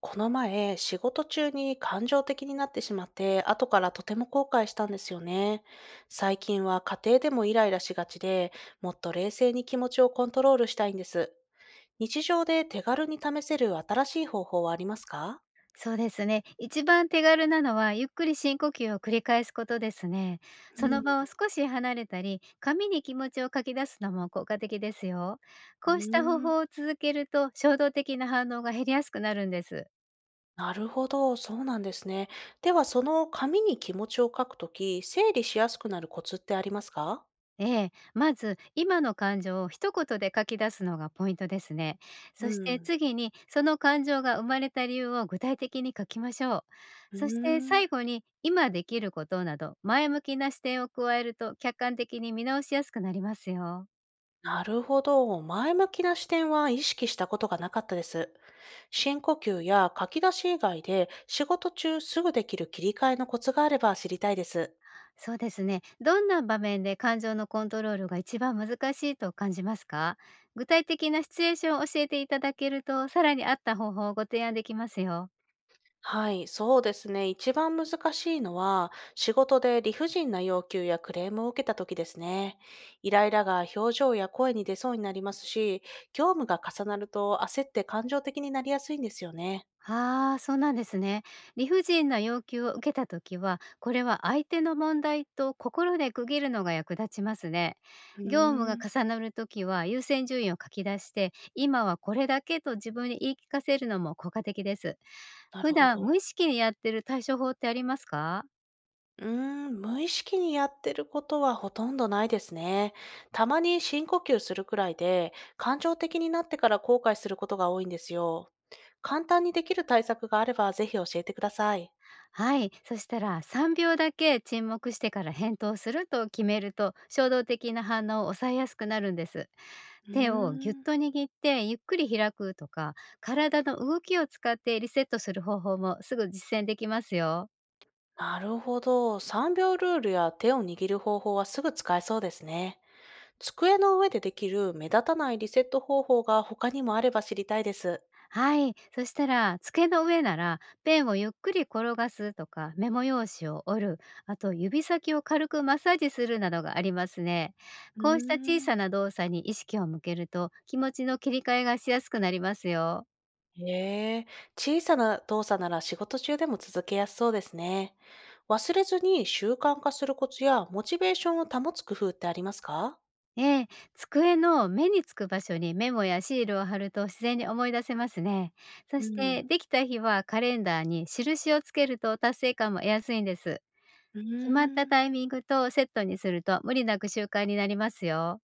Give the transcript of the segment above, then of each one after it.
この前、仕事中に感情的になってしまって、後からとても後悔したんですよね。最近は家庭でもイライラしがちで、もっと冷静に気持ちをコントロールしたいんです。日常で手軽に試せる新しい方法はありますか？そうですね。一番手軽なのは、ゆっくり深呼吸を繰り返すことですね。うそのん、場を少し離れたり、紙に気持ちを書き出すのも効果的ですよ。うこうした方ーん、法を続けると、衝動的な反応が減りやすくなるんです。なるほど、そうなんですね。では、その紙に気持ちを書くとき、整理しやすくなるコツってありますか？ええ、まず今の感情を一言で書き出すのがポイントですね。うそしてん。次に、その感情が生まれた理由を具体的に書きましょう。うそしてーん。最後に、今できることなど前向きな視点を加えると客観的に見直しやすくなりますよ。なるほど。前向きな視点は意識したことがなかったです。深呼吸や書き出し以外で仕事中すぐできる切り替えのコツがあれば知りたいです。そうですね。どんな場面で感情のコントロールが一番難しいと感じますか？具体的なシチュエーションを教えていただけると、さらに合った方法をご提案できますよ。はい、そうですね。一番難しいのは仕事で理不尽な要求やクレームを受けた時ですね。イライラが表情や声に出そうになりますし、業務が重なると焦って感情的になりやすいんですよね。ああ、そうなんですね。理不尽な要求を受けたときは、これは相手の問題と心で区切るのが役立ちますね。うー業務がん、重なるときは、優先順位を書き出して、今はこれだけと自分に言い聞かせるのも効果的です。なる普ほ段無意ど。識にやってる対処法ってありますか？うーん、無意識にやってることはほとんどないですね。たまに深呼吸するくらいで、感情的になってから後悔することが多いんですよ。簡単にできる対策があればぜひ教えてください。はい、そしたら3秒だけ沈黙してから返答すると決めると、衝動的な反応を抑えやすくなるんです。うー手をぎゅっん、と握ってゆっくり開くとか、体の動きを使ってリセットする方法もすぐ実践できますよ。なるほど。3秒ルールや手を握る方法はすぐ使えそうですね。机の上でできる目立たないリセット方法が他にもあれば知りたいです。はい。そしたら、机の上なら、ペンをゆっくり転がすとか、メモ用紙を折る、あと指先を軽くマッサージするなどがありますね。うーこうした小さん。な動作に意識を向けると、気持ちの切り替えがしやすくなりますよ。へえ、小さな動作なら仕事中でも続けやすそうですね。忘れずに習慣化するコツやモチベーションを保つ工夫ってありますか？ええ、机の目につく場所にメモやシールを貼ると自然に思い出せますね。そうして、ん。できた日はカレンダーに印をつけると達成感も得やすいんです。う決まったーん。タイミングとセットにすると、無理なく習慣になりますよ。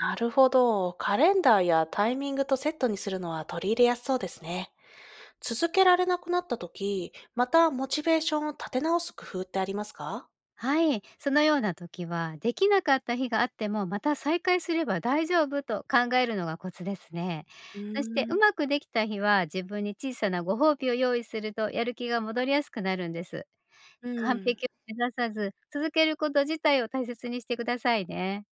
なるほど。カレンダーやタイミングとセットにするのは取り入れやすそうですね。続けられなくなった時、またモチベーションを立て直す工夫ってありますか？はい、そのような時は、できなかった日があってもまた再開すれば大丈夫と考えるのがコツですね。うそして、ーうん。まくできた日は自分に小さなご褒美を用意するとやる気が戻りやすくなるんです。う完ん。璧を目指さず、続けること自体を大切にしてくださいね。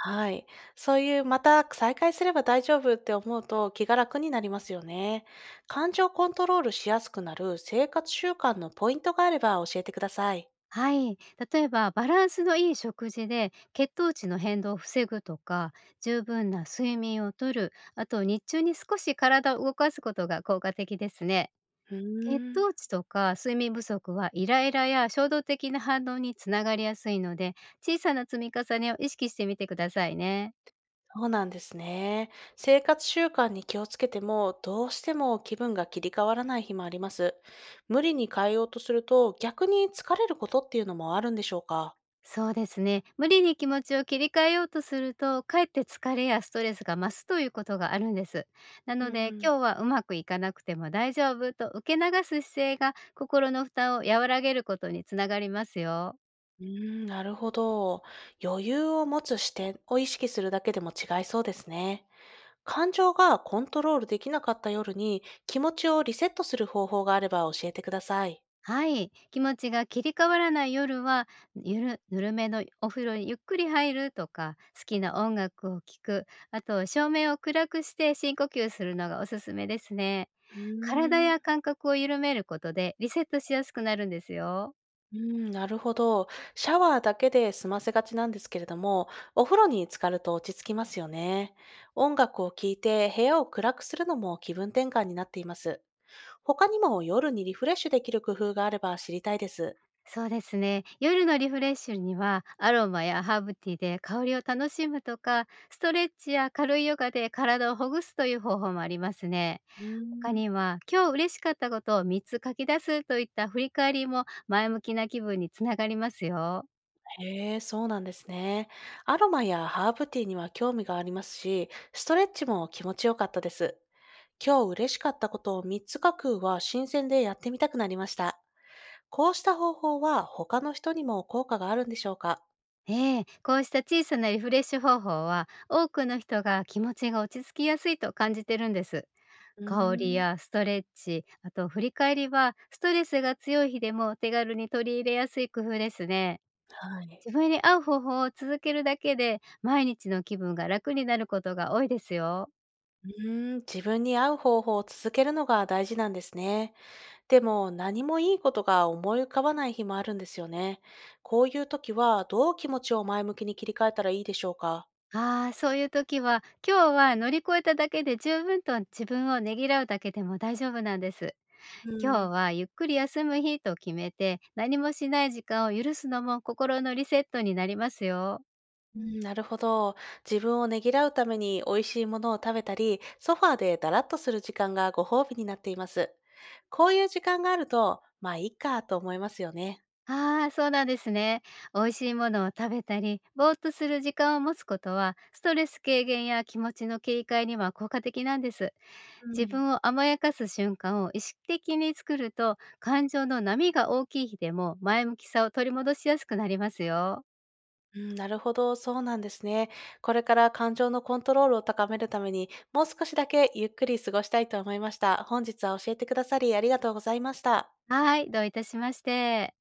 はい。そういう、また再開すれば大丈夫って思うと気が楽になりますよね。感情コントロールしやすくなる生活習慣のポイントがあれば教えてください。はい、例えばバランスのいい食事で血糖値の変動を防ぐとか、十分な睡眠をとる、あと日中に少し体を動かすことが効果的ですね。う血ーん。糖値とか睡眠不足はイライラや衝動的な反応につながりやすいので、小さな積み重ねを意識してみてくださいね。そうなんですね。生活習慣に気をつけても、どうしても気分が切り替わらない日もあります。無理に変えようとすると、逆に疲れることっていうのもあるんでしょうか？そうですね、無理に気持ちを切り替えようとするとかえって疲れやストレスが増すということがあるんです。なうので、ん。今日はうまくいかなくても大丈夫と受け流す姿勢が心の負担を和らげることにつながりますよ。うーん、なるほど。余裕を持つ視点を意識するだけでも違いそうですね。感情がコントロールできなかった夜に気持ちをリセットする方法があれば教えてください。はい、気持ちが切り替わらない夜は、ゆるぬるめのお風呂にゆっくり入るとか、好きな音楽を聴く、あと照明を暗くして深呼吸するのがおすすめですね。う体ーん。や感覚を緩めることでリセットしやすくなるんですよ。うん、なるほど。シャワーだけで済ませがちなんですけれども、お風呂に浸かると落ち着きますよね。音楽を聴いて部屋を暗くするのも気分転換になっています。他にも夜にリフレッシュできる工夫があれば知りたいです。そうですね。夜のリフレッシュにはアロマやハーブティーで香りを楽しむとか、ストレッチや軽いヨガで体をほぐすという方法もありますね。うー他ん。には、今日嬉しかったことを3つ書き出すといった振り返りも前向きな気分につながりますよ。へえ、そうなんですね。アロマやハーブティーには興味がありますし、ストレッチも気持ちよかったです。今日嬉しかったことを3つ書くは新鮮でやってみたくなりました。こうした方法は他の人にも効果があるんでしょうか？ええ、こうした小さなリフレッシュ方法は多くの人が気持ちが落ち着きやすいと感じてるんです。うー香りん、やストレッチ、あと振り返りはストレスが強い日でも手軽に取り入れやすい工夫ですね。はい。自分に合う方法を続けるだけで毎日の気分が楽になることが多いですよ。うーん、自分に合う方法を続けるのが大事なんですね。でも何もいいことが思い浮かばない日もあるんですよね。こういう時はどう気持ちを前向きに切り替えたらいいでしょうか？ああ、そういう時は、今日は乗り越えただけで十分と自分をねぎらうだけでも大丈夫なんです。う今日ん。はゆっくり休む日と決めて、何もしない時間を許すのも心のリセットになりますよ。うん、なるほど。自分をねぎらうために美味しいものを食べたり、ソファーでだらっとする時間がご褒美になっています。こういう時間があると、まあいいかと思いますよね。ああ、そうなんですね。美味しいものを食べたり、ぼーっとする時間を持つことは、ストレス軽減や気持ちの切り替えには効果的なんです。う自ん、分を甘やかす瞬間を意識的に作ると、感情の波が大きい日でも前向きさを取り戻しやすくなりますよ。うん、なるほど、そうなんですね。これから感情のコントロールを高めるために、もう少しだけゆっくり過ごしたいと思いました。本日は教えてくださりありがとうございました。はい、どういたしまして。